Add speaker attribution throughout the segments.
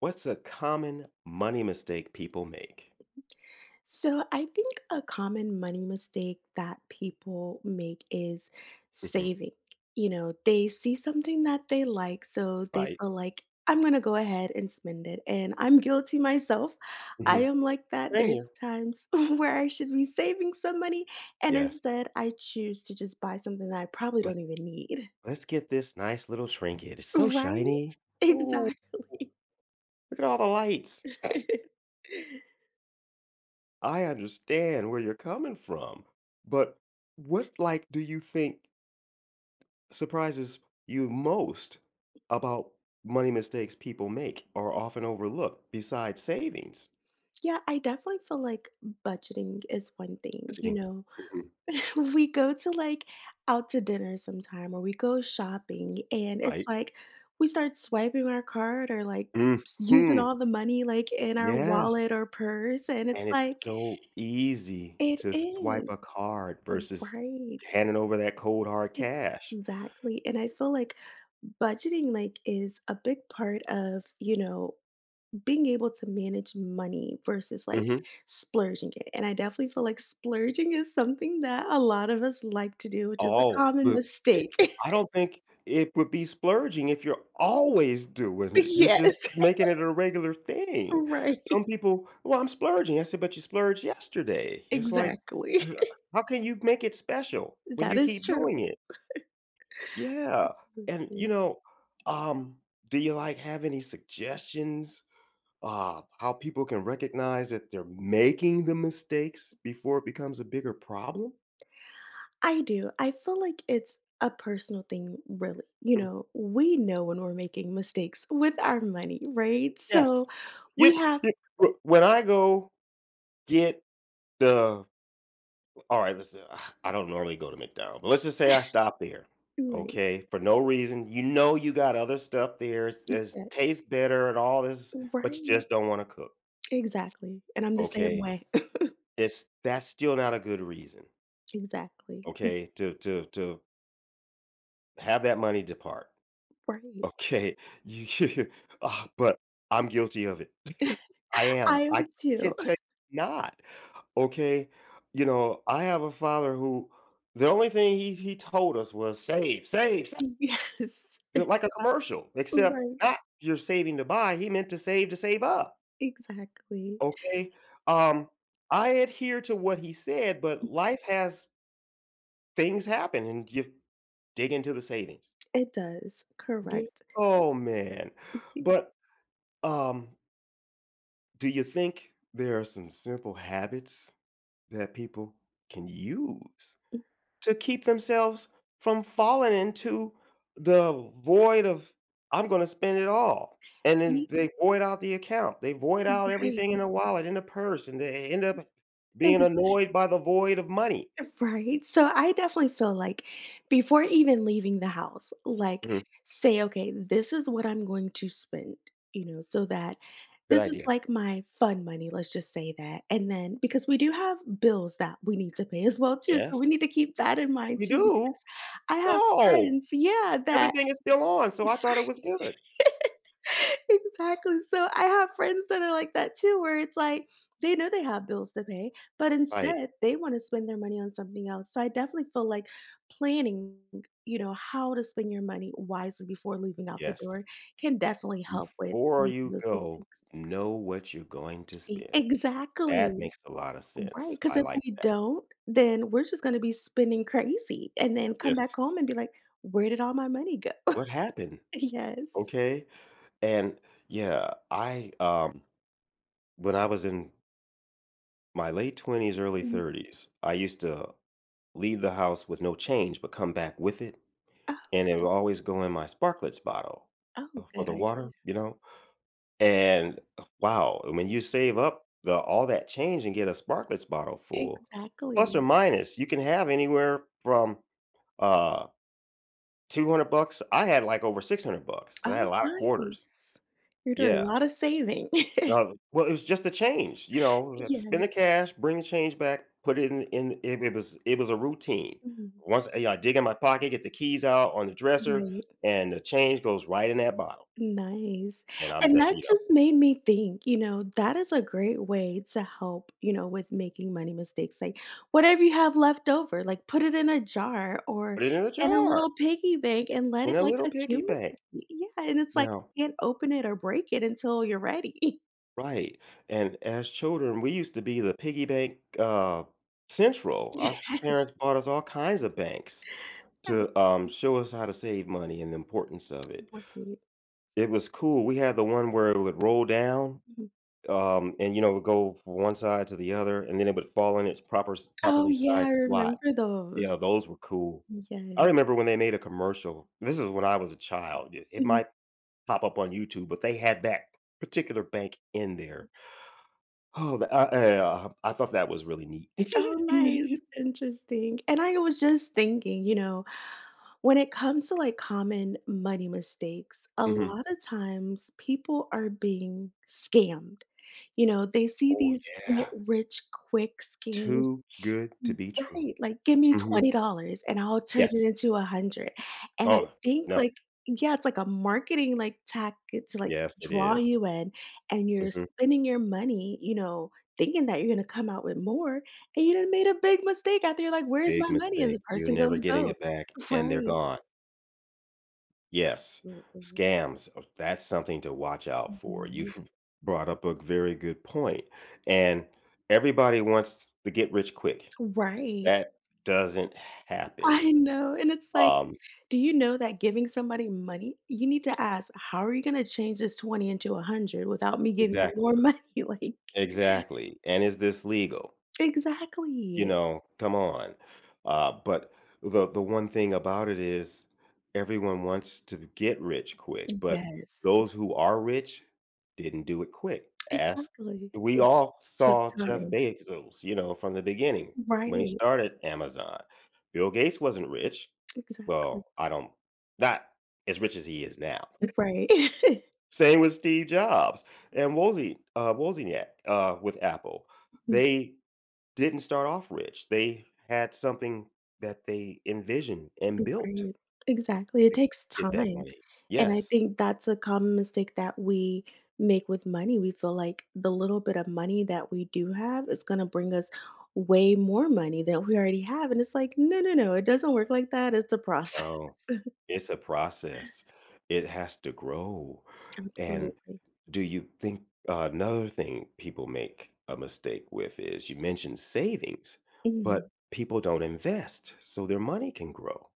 Speaker 1: What's a common money mistake people make?
Speaker 2: So, I think a common money mistake that people make is
Speaker 1: Mhm.
Speaker 2: saving. You know, they see something that they like, so they
Speaker 1: Right.
Speaker 2: feel like, I'm going to go ahead and spend it. And I'm guilty myself. I
Speaker 1: Mhm.
Speaker 2: am like that.
Speaker 1: Same
Speaker 2: There's
Speaker 1: here.
Speaker 2: times where I should be saving some money, and
Speaker 1: Yes.
Speaker 2: instead I choose to just buy something that I probably
Speaker 1: Let,
Speaker 2: don't even need.
Speaker 1: let's get this nice little trinket. It's so
Speaker 2: Right?
Speaker 1: shiny. Ooh,
Speaker 2: Exactly.
Speaker 1: look at all the lights. I understand where you're coming from. But what like do you think surprises you most about money mistakes people make or often overlook besides savings?
Speaker 2: Yeah, I definitely feel like budgeting is one thing, you
Speaker 1: Budgeting.
Speaker 2: know.
Speaker 1: Mhm.
Speaker 2: We go to, like, out to dinner sometime or we go shopping, and it's
Speaker 1: Right?
Speaker 2: like we start swiping our card or, like, s using
Speaker 1: Mhm.
Speaker 2: all the money, like, in our wallet
Speaker 1: Yes.
Speaker 2: or purse, and it's
Speaker 1: And it's
Speaker 2: like
Speaker 1: so easy
Speaker 2: it
Speaker 1: to swipe
Speaker 2: is,
Speaker 1: a card versus
Speaker 2: right.
Speaker 1: handing over that cold hard cash.
Speaker 2: Exactly, and I feel like budgeting, like, is a big part of, you know, being able to manage money versus, like,
Speaker 1: Mhm.
Speaker 2: splurging it, and I definitely feel like splurging is something that a lot of us like to do, which is a
Speaker 1: Oh,
Speaker 2: common
Speaker 1: but it
Speaker 2: mistake.
Speaker 1: I don't think it would be splurging if you're always doing it. You're
Speaker 2: Yes,
Speaker 1: just making it a regular thing. Some
Speaker 2: right,
Speaker 1: people, "Well, I'm splurging." I said, "But you splurged yesterday." It's like,
Speaker 2: exactly.
Speaker 1: t how can you make it special when
Speaker 2: That
Speaker 1: you
Speaker 2: is
Speaker 1: keep doing
Speaker 2: true,
Speaker 1: it? Yeah, and,
Speaker 2: absolutely.
Speaker 1: um, do you, like, have any suggestions how people can recognize that they're making the mistakes before it becomes a bigger problem?
Speaker 2: I do, I feel like it's a personal thing, really, you
Speaker 1: Mm.
Speaker 2: know, we know when we're making mistakes with our money, right?
Speaker 1: Yes.
Speaker 2: So,
Speaker 1: You,
Speaker 2: we have
Speaker 1: you, wh- when I go get the, all right, let's, uh, I don't normally go to McDonald's, but let's just say I stop there,
Speaker 2: right,
Speaker 1: okay, for no reason. You know, you got other stuff there, it's
Speaker 2: yeah,
Speaker 1: tastes better and all this, but you
Speaker 2: right,
Speaker 1: just don't want to cook,
Speaker 2: exactly, and I'm the same
Speaker 1: okay?
Speaker 2: way.
Speaker 1: It's that's still not a good reason,
Speaker 2: Exactly,
Speaker 1: okay, to have that money depart.
Speaker 2: right.
Speaker 1: Okay, you but I'm guilty of it. I am.
Speaker 2: I
Speaker 1: I
Speaker 2: am too.
Speaker 1: can't tell you not, okay? You know, I have a father who the only thing he told us was save, save, save,
Speaker 2: Yes,
Speaker 1: like a commercial, except
Speaker 2: right,
Speaker 1: not you're saving to buy, he meant to save up,
Speaker 2: exactly.
Speaker 1: okay? Um, I adhere to what he said, but life has things happen and you dig into the savings.
Speaker 2: It does,
Speaker 1: Ye
Speaker 2: correct.
Speaker 1: Oh, man.
Speaker 2: Y
Speaker 1: but, um Do you think there are some simple habits that people can use to keep themselves from falling into the void of I'm going to spend it all? And then
Speaker 2: ye
Speaker 1: they void out the account. They void out everything in
Speaker 2: right,
Speaker 1: the wallet, in the purse, and they end up being
Speaker 2: ex
Speaker 1: annoyed by the void of money.
Speaker 2: Right? So I definitely feel like before even leaving the house, like
Speaker 1: Mhm.
Speaker 2: say, okay, this is what I'm going to spend, you know, so that
Speaker 1: Good
Speaker 2: this is
Speaker 1: idea.
Speaker 2: like my fun money, let's just say that. And then because we do have bills that we need to pay as well too, so
Speaker 1: Yes.
Speaker 2: we need to keep that in mind
Speaker 1: We
Speaker 2: too.
Speaker 1: do?
Speaker 2: Because I have
Speaker 1: No.
Speaker 2: friends, yeah, that
Speaker 1: Everything is still on. So I thought it was good.
Speaker 2: exactly, so I have friends that are like that too, where it's like, they know they have bills to pay, but
Speaker 1: Right.
Speaker 2: instead, they wanna spend their money on something else, so I definitely feel like planning, you know, how to spend your money wisely before leaving out the
Speaker 1: Yes.
Speaker 2: door can definitely help with
Speaker 1: Before
Speaker 2: making
Speaker 1: you
Speaker 2: those
Speaker 1: go,
Speaker 2: mistakes.
Speaker 1: know what you're going to
Speaker 2: E
Speaker 1: spend. That
Speaker 2: Exactly.
Speaker 1: makes a lot of
Speaker 2: Right.
Speaker 1: sense.
Speaker 2: Because
Speaker 1: I
Speaker 2: if
Speaker 1: like
Speaker 2: we
Speaker 1: that.
Speaker 2: don't, then we're just gonna be spending crazy and then come
Speaker 1: Yes.
Speaker 2: back home and be like, "Where did all my money go?"
Speaker 1: What happened?
Speaker 2: Yes.
Speaker 1: Okay. And yeah, I when I was in my late 20s, early
Speaker 2: Mm.
Speaker 1: 30s, I used to leave the house with no change but come back with it.
Speaker 2: Oh,
Speaker 1: And it would always go in my sparklets bottle
Speaker 2: oh,
Speaker 1: for
Speaker 2: good
Speaker 1: the water,
Speaker 2: idea.
Speaker 1: you know? And wow, when you save up the all that change and get a sparklets bottle full, plus or
Speaker 2: Exactly.
Speaker 1: minus, you can have anywhere from uh 200 bucks. I had like over 600 bucks because I had
Speaker 2: Oh,
Speaker 1: a lot of quarters.
Speaker 2: nice. You're doing a
Speaker 1: Yeah.
Speaker 2: lot of saving.
Speaker 1: Well, it was just a change, spend
Speaker 2: Yeah.
Speaker 1: the cash, bring the change back, put it in it, it was a routine.
Speaker 2: Mhm.
Speaker 1: Once I dig in my pocket, get the keys out on the dresser,
Speaker 2: Right.
Speaker 1: and the change goes right in that bottle.
Speaker 2: Nice.
Speaker 1: And I'm
Speaker 2: And
Speaker 1: done,
Speaker 2: that just made me think, you know, that is a great way to help, you know, with making money mistakes. Like, whatever you have left over, like, put it in a jar or
Speaker 1: put it in a
Speaker 2: in a
Speaker 1: jar
Speaker 2: little piggy bank and let
Speaker 1: in
Speaker 2: it,
Speaker 1: a
Speaker 2: like,
Speaker 1: little piggy
Speaker 2: accumulate.
Speaker 1: bank.
Speaker 2: Yeah, and it's like,
Speaker 1: Now,
Speaker 2: you can't open it or break it until you're ready.
Speaker 1: right, and as children, we used to be the piggy bank, central. Our
Speaker 2: Yes.
Speaker 1: parents bought us all kinds of banks
Speaker 2: That's
Speaker 1: to show us how to save money and the importance of it.
Speaker 2: right.
Speaker 1: It was cool. We had the one where it would roll down,
Speaker 2: Mhm.
Speaker 1: and, it would go from one side to the other, and then it would fall in its
Speaker 2: Oh,
Speaker 1: properly
Speaker 2: yeah, I
Speaker 1: sized slot.
Speaker 2: remember
Speaker 1: Yeah,
Speaker 2: those.
Speaker 1: those were cool. I
Speaker 2: Yes.
Speaker 1: remember when they made a commercial. This is when I was a child. It
Speaker 2: Mhm.
Speaker 1: might pop up on YouTube, but they had that particular bank in there. Oh, the yeah, I thought that was really neat.
Speaker 2: Oh, nice. Interesting. And I was just thinking, you know, when it comes to like common money mistakes, a
Speaker 1: Mhm.
Speaker 2: lot of times people are being scammed. You know, they see
Speaker 1: Oh,
Speaker 2: these get
Speaker 1: yeah.
Speaker 2: rich quick schemes
Speaker 1: Too good to be true.
Speaker 2: right, like, "Give me
Speaker 1: Mhm.
Speaker 2: $20 and I'll turn it
Speaker 1: Yes.
Speaker 2: into 100." And I
Speaker 1: Oh,
Speaker 2: think,
Speaker 1: no.
Speaker 2: like yeah, it's like a marketing, like, tactic to, like,
Speaker 1: Yes, it
Speaker 2: draw
Speaker 1: is.
Speaker 2: you in, and you're
Speaker 1: Mhm.
Speaker 2: spending your money, you know, thinking that you're gonna come out with more, and you done made a big mistake after you're like, "Where's
Speaker 1: Big
Speaker 2: my money?" And
Speaker 1: mistake.
Speaker 2: the
Speaker 1: You're
Speaker 2: person
Speaker 1: never
Speaker 2: goes
Speaker 1: getting
Speaker 2: ghost.
Speaker 1: it back, and they're
Speaker 2: Right.
Speaker 1: gone. Yes.
Speaker 2: Absolutely.
Speaker 1: Scams, oh, that's something to watch out for. You
Speaker 2: Mhm.
Speaker 1: brought up a very good point, and everybody wants to get rich quick.
Speaker 2: Right.
Speaker 1: That doesn't happen.
Speaker 2: I know, and it's like,
Speaker 1: Um,
Speaker 2: do you know that giving somebody money you need to ask, "How are you gonna change this 20 into 100 without me giving you more
Speaker 1: exactly.
Speaker 2: money?" Like
Speaker 1: Exactly, and is this legal? You
Speaker 2: exactly.
Speaker 1: know, come on. But the one thing about it is everyone wants to get rich quick, but
Speaker 2: Yes,
Speaker 1: those who are rich didn't do it quick. Ask
Speaker 2: exactly.
Speaker 1: we
Speaker 2: It
Speaker 1: all
Speaker 2: took
Speaker 1: saw Jeff
Speaker 2: time.
Speaker 1: Bezos, from the beginning when he
Speaker 2: Right,
Speaker 1: started Amazon. Bill Gates wasn't rich. Well,
Speaker 2: exactly.
Speaker 1: I don't not as rich as he is now.
Speaker 2: Right.
Speaker 1: Same with Steve Jobs and Wozniak with Apple. They didn't start off rich. They had something that they envisioned and built
Speaker 2: Right. Exactly, it
Speaker 1: to
Speaker 2: takes
Speaker 1: get that
Speaker 2: time.
Speaker 1: money.
Speaker 2: And I
Speaker 1: Yes.
Speaker 2: think that's a common mistake that we make with money. We feel like the little bit of money that we do have is going to bring us way more money than we already have. And it's like, no, no, no, it doesn't work like that. It's a process.
Speaker 1: No, it's a process. It has to grow. And
Speaker 2: Absolutely.
Speaker 1: do you think another thing people make a mistake with is you mentioned savings, but
Speaker 2: Mm-hmm.
Speaker 1: people don't invest so their money can grow.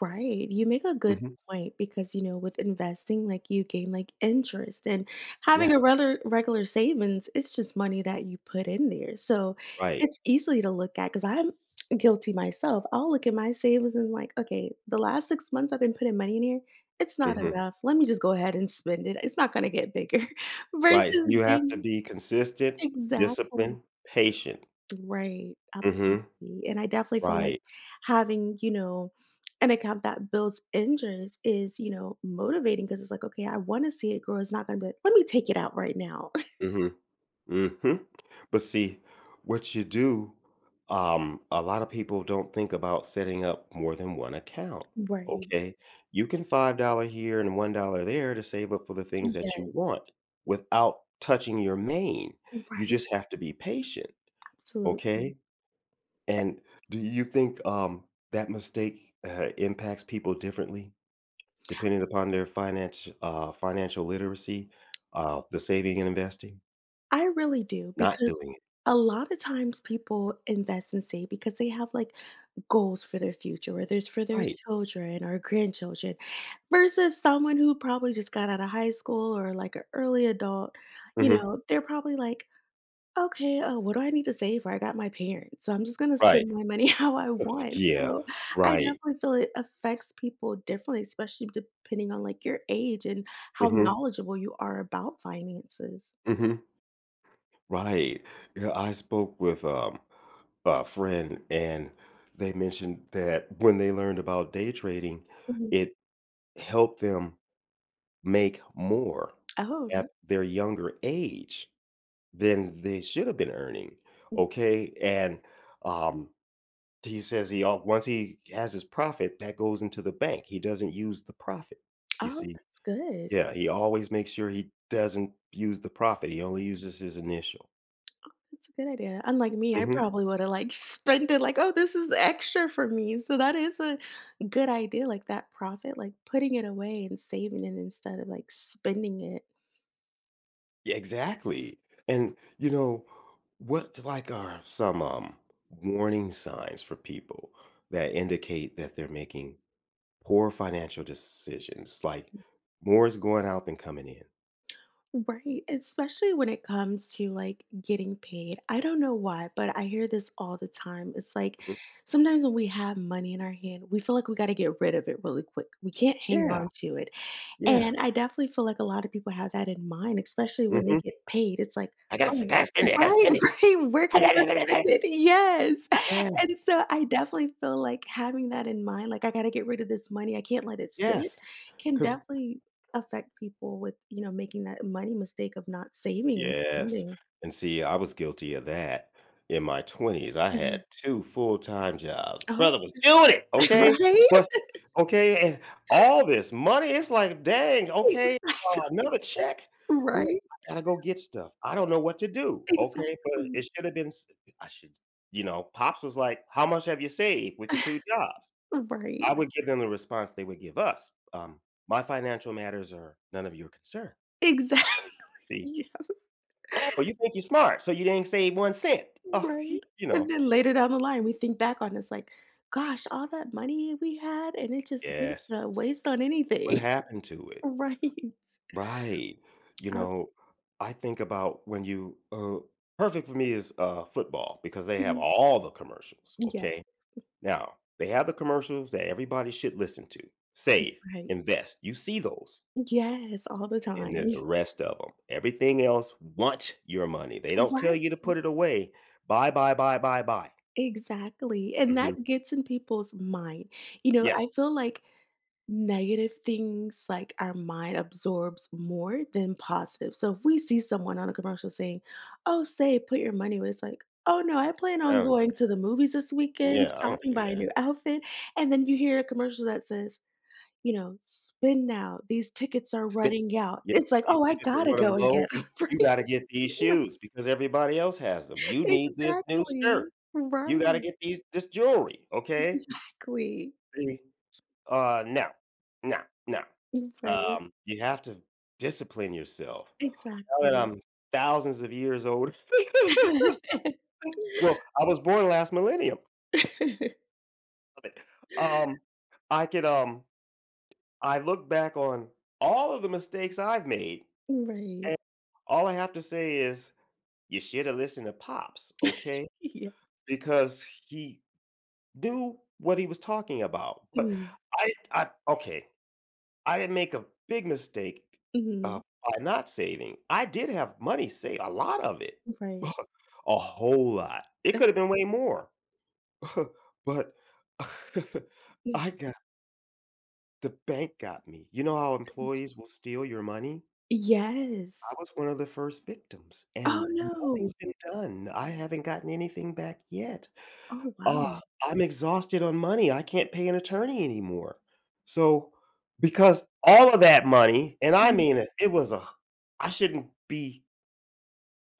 Speaker 2: Right. You make a good
Speaker 1: Mhm.
Speaker 2: point because, you know, with investing, like you gain like interest and having a
Speaker 1: Yes.
Speaker 2: regular savings, it's just money that you put in there. So
Speaker 1: Right.
Speaker 2: it's easy to look at because I'm guilty myself. I'll look at my savings and like, okay, the last 6 months I've been putting money in here, it's not
Speaker 1: Mhm.
Speaker 2: enough. Let me just go ahead and spend it. It's not gonna get bigger. Versus
Speaker 1: Right. So you have to
Speaker 2: being
Speaker 1: be consistent,
Speaker 2: exactly
Speaker 1: disciplined, patient.
Speaker 2: right,
Speaker 1: Mhm.
Speaker 2: absolutely, and I definitely feel like
Speaker 1: Right.
Speaker 2: having, you know, an account that builds interest is, you know, motivating because it's like, "Okay, I wanna see it grow." It's not gonna be like, "Let me take it out right now."
Speaker 1: Mhm. Mhm. But see, what you do, a lot of people don't think about setting up more than one account,
Speaker 2: Right.
Speaker 1: okay? You can $5 here and $1 there to save up for the things that you
Speaker 2: Yes.
Speaker 1: want without touching your main. You
Speaker 2: Right,
Speaker 1: just have to be patient,
Speaker 2: absolutely.
Speaker 1: okay? And do you think that mistake impacts people differently depending upon their financial literacy, the saving and investing?
Speaker 2: I really do
Speaker 1: Not
Speaker 2: because
Speaker 1: doing it
Speaker 2: a lot of times people invest and save because they have like goals for their future, whether it's for their
Speaker 1: right.
Speaker 2: children or grandchildren, versus someone who probably just got out of high school or like an early adult. You
Speaker 1: Mhm.
Speaker 2: know, they're probably like, okay, what do I need to save for? I got my parents, so I'm just gonna
Speaker 1: Right.
Speaker 2: spend my money how I want.
Speaker 1: Yeah.
Speaker 2: So I
Speaker 1: Right.
Speaker 2: definitely feel it affects people differently, especially depending on like your age and how
Speaker 1: Mhm.
Speaker 2: knowledgeable you are about finances.
Speaker 1: Mhm. Right. Yeah, I spoke with a friend, and they mentioned that when they learned about day trading,
Speaker 2: Mhm.
Speaker 1: it helped them make more
Speaker 2: Oh,
Speaker 1: at
Speaker 2: nice.
Speaker 1: their younger age than they should have been earning,
Speaker 2: Mm.
Speaker 1: okay? And, um, he says he al once he has his profit, that goes into the bank. He doesn't use the profit, you
Speaker 2: Oh,
Speaker 1: see?
Speaker 2: that's good.
Speaker 1: Yeah, he always makes sure he doesn't use the prophet, he only uses his initial.
Speaker 2: That's a good idea. Unlike me, I
Speaker 1: Mhm.
Speaker 2: probably would've, like, spent it like, "Oh, this is extra for me." So that is a good idea, like, that profit, like, putting it away and saving it instead of, like, spending it.
Speaker 1: Yeah, exactly, and, what, like, are some, warning signs for people that indicate that they're making poor financial decisions, like, more is going out than coming in?
Speaker 2: Right, especially when it comes to, like, getting paid. I don't know why, but I hear this all the time. It's like,
Speaker 1: Mhm.
Speaker 2: sometimes when we have money in our hand, we feel like we gotta get rid of it really quick. We can't hang
Speaker 1: Yeah,
Speaker 2: on to it.
Speaker 1: yeah,
Speaker 2: And I definitely feel like a lot of people have that in mind, especially when they
Speaker 1: mhm.
Speaker 2: get paid. It's like,
Speaker 1: I
Speaker 2: "Oh"
Speaker 1: gotta spend it, I gotta
Speaker 2: right,
Speaker 1: spend it.
Speaker 2: right, "Where
Speaker 1: I
Speaker 2: can I
Speaker 1: gotta"
Speaker 2: go
Speaker 1: I gotta, I gotta,
Speaker 2: spend it?" Yes.
Speaker 1: yes,
Speaker 2: And so I definitely feel like having that in mind, like, "I gotta get rid of this money, I can't let it sit,"
Speaker 1: yes.
Speaker 2: can
Speaker 1: Because.
Speaker 2: definitely affect people with, you know, making that money mistake of not saving and
Speaker 1: Yes,
Speaker 2: spending.
Speaker 1: and see, I was guilty of that in my 20s. I had
Speaker 2: Mhm.
Speaker 1: 2 full-time jobs.
Speaker 2: Oh,
Speaker 1: Brother was doing it, okay?
Speaker 2: right?
Speaker 1: But okay, and all this money, it's like, "Dang, okay,
Speaker 2: Exact
Speaker 1: another check? Well,
Speaker 2: Right,
Speaker 1: I gotta go get stuff. I don't know what to do." Okay, but
Speaker 2: exactly.
Speaker 1: it should have been s I should you know, pops was like, "How much have you saved with your 2 jobs?"
Speaker 2: Right,
Speaker 1: I would give them the response they would give us, "My financial matters are none of your concern."
Speaker 2: exactly.
Speaker 1: See? "Oh, you think you're smart, so you didn't save 1 cent. Oh,
Speaker 2: Right.
Speaker 1: you
Speaker 2: And
Speaker 1: know?"
Speaker 2: then later down the line, we think back on it's like, gosh, all that money we had and it just went
Speaker 1: Yes.
Speaker 2: to waste on
Speaker 1: What
Speaker 2: anything.
Speaker 1: happened to it?
Speaker 2: Right.
Speaker 1: Right. You
Speaker 2: Uh,
Speaker 1: know, I think about when you perfect for me is, football because they have
Speaker 2: mhm.
Speaker 1: all the commercials,
Speaker 2: Yeah,
Speaker 1: okay? Now, they have the commercials that everybody should listen to. Save,
Speaker 2: right.
Speaker 1: invest, you see those,
Speaker 2: Yes, all the
Speaker 1: and then the
Speaker 2: time.
Speaker 1: rest of them. Everything else want your money. They don't tell
Speaker 2: Right.
Speaker 1: you to put it away. Buy, buy, buy, buy, buy.
Speaker 2: Exactly. And
Speaker 1: Mhm.
Speaker 2: that gets in people's mind. You know,
Speaker 1: Yes.
Speaker 2: I feel like negative things like our mind absorbs more than positive. So if we see someone on a commercial saying, "Oh, say put your money where," it's like, "Oh no, I plan
Speaker 1: I
Speaker 2: on
Speaker 1: don't do
Speaker 2: going to the movies this weekend,
Speaker 1: Yeah, I don't
Speaker 2: shopping,
Speaker 1: do
Speaker 2: buy a
Speaker 1: that.
Speaker 2: new outfit," and then you hear a commercial that says, you know, "Spend now, these tickets are
Speaker 1: Spit
Speaker 2: running out."
Speaker 1: Yeah,
Speaker 2: It's like,
Speaker 1: these
Speaker 2: "Oh, I
Speaker 1: tickets are
Speaker 2: gotta
Speaker 1: running
Speaker 2: go and
Speaker 1: low.
Speaker 2: get 'em," right?
Speaker 1: You gotta get these
Speaker 2: Right.
Speaker 1: shoes because everybody else has them. You need this new skirt.
Speaker 2: Exactly.
Speaker 1: You gotta
Speaker 2: Right.
Speaker 1: get these this jewelry, okay?
Speaker 2: Exactly.
Speaker 1: See, no, no, no.
Speaker 2: Right.
Speaker 1: You have to discipline yourself. Now that
Speaker 2: Exactly.
Speaker 1: I'm thousands of years old, well, I was born last millennium. Um, I could, I look back on all of the mistakes I've made, and
Speaker 2: Right.
Speaker 1: all I have to say is you shoulda listened to Pops, okay?
Speaker 2: Yeah.
Speaker 1: Because he knew what he was talking about, but
Speaker 2: Mhm.
Speaker 1: I okay, I didn't make a big mistake,
Speaker 2: Mhm.
Speaker 1: by not saving. I did have money saved, a lot of it,
Speaker 2: Right.
Speaker 1: a whole lot. It
Speaker 2: Uh,
Speaker 1: could've been way more, but
Speaker 2: mm,
Speaker 1: I got the bank got me. You know how employees will steal your money? I
Speaker 2: yes.
Speaker 1: was one of the first victims,
Speaker 2: Oh,
Speaker 1: and
Speaker 2: no.
Speaker 1: nothing's been done. I haven't gotten anything back yet.
Speaker 2: Oh,
Speaker 1: "Uh,
Speaker 2: wow.
Speaker 1: I'm exhausted on money, I can't pay an attorney anymore." So, because all of that money and I
Speaker 2: Mhm.
Speaker 1: mean it, it was a I shouldn't be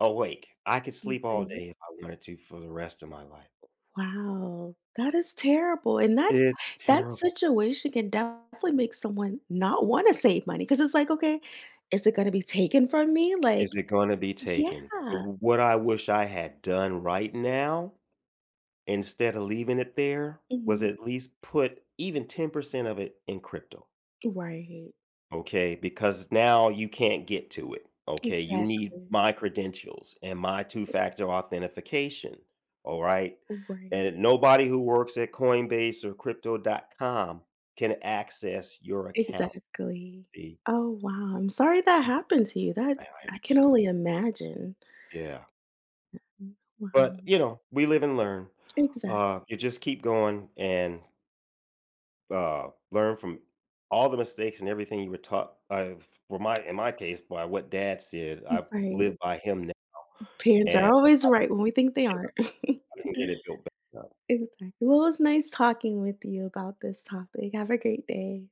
Speaker 1: awake. I could sleep all
Speaker 2: Right.
Speaker 1: day if I wanted to for the rest of my life.
Speaker 2: Wow. That is terrible, and
Speaker 1: It's
Speaker 2: that
Speaker 1: terrible.
Speaker 2: situation can definitely make someone not wanna save money because it's like, "Okay, is it gonna be taken from me?" Like
Speaker 1: Is it gonna be taken?
Speaker 2: yeah.
Speaker 1: What I wish I had done right now, instead of leaving it there, was
Speaker 2: Mhm.
Speaker 1: at least put even 10% of it in crypto.
Speaker 2: Right.
Speaker 1: Okay, because now you can't get to it. Okay, you need
Speaker 2: Exactly.
Speaker 1: my credentials and my two factor authentication. All right.
Speaker 2: Right.
Speaker 1: And nobody who works at Coinbase or crypto.com can access your account.
Speaker 2: Exactly.
Speaker 1: See,
Speaker 2: Oh, wow, I'm sorry that happened to you,
Speaker 1: I,
Speaker 2: that
Speaker 1: I am
Speaker 2: I can
Speaker 1: too.
Speaker 2: only imagine.
Speaker 1: Yeah.
Speaker 2: Mm, wow.
Speaker 1: But, we live and learn. Uh,
Speaker 2: Exactly,
Speaker 1: you just keep going and learn from all the mistakes and everything you were taught. In my case, by what dad said, I live
Speaker 2: right.
Speaker 1: by him now.
Speaker 2: Parents are
Speaker 1: And
Speaker 2: always right when we think they aren't.
Speaker 1: I can get it built back.
Speaker 2: Exactly. Well, it was nice talking with you about this topic. Have a great day.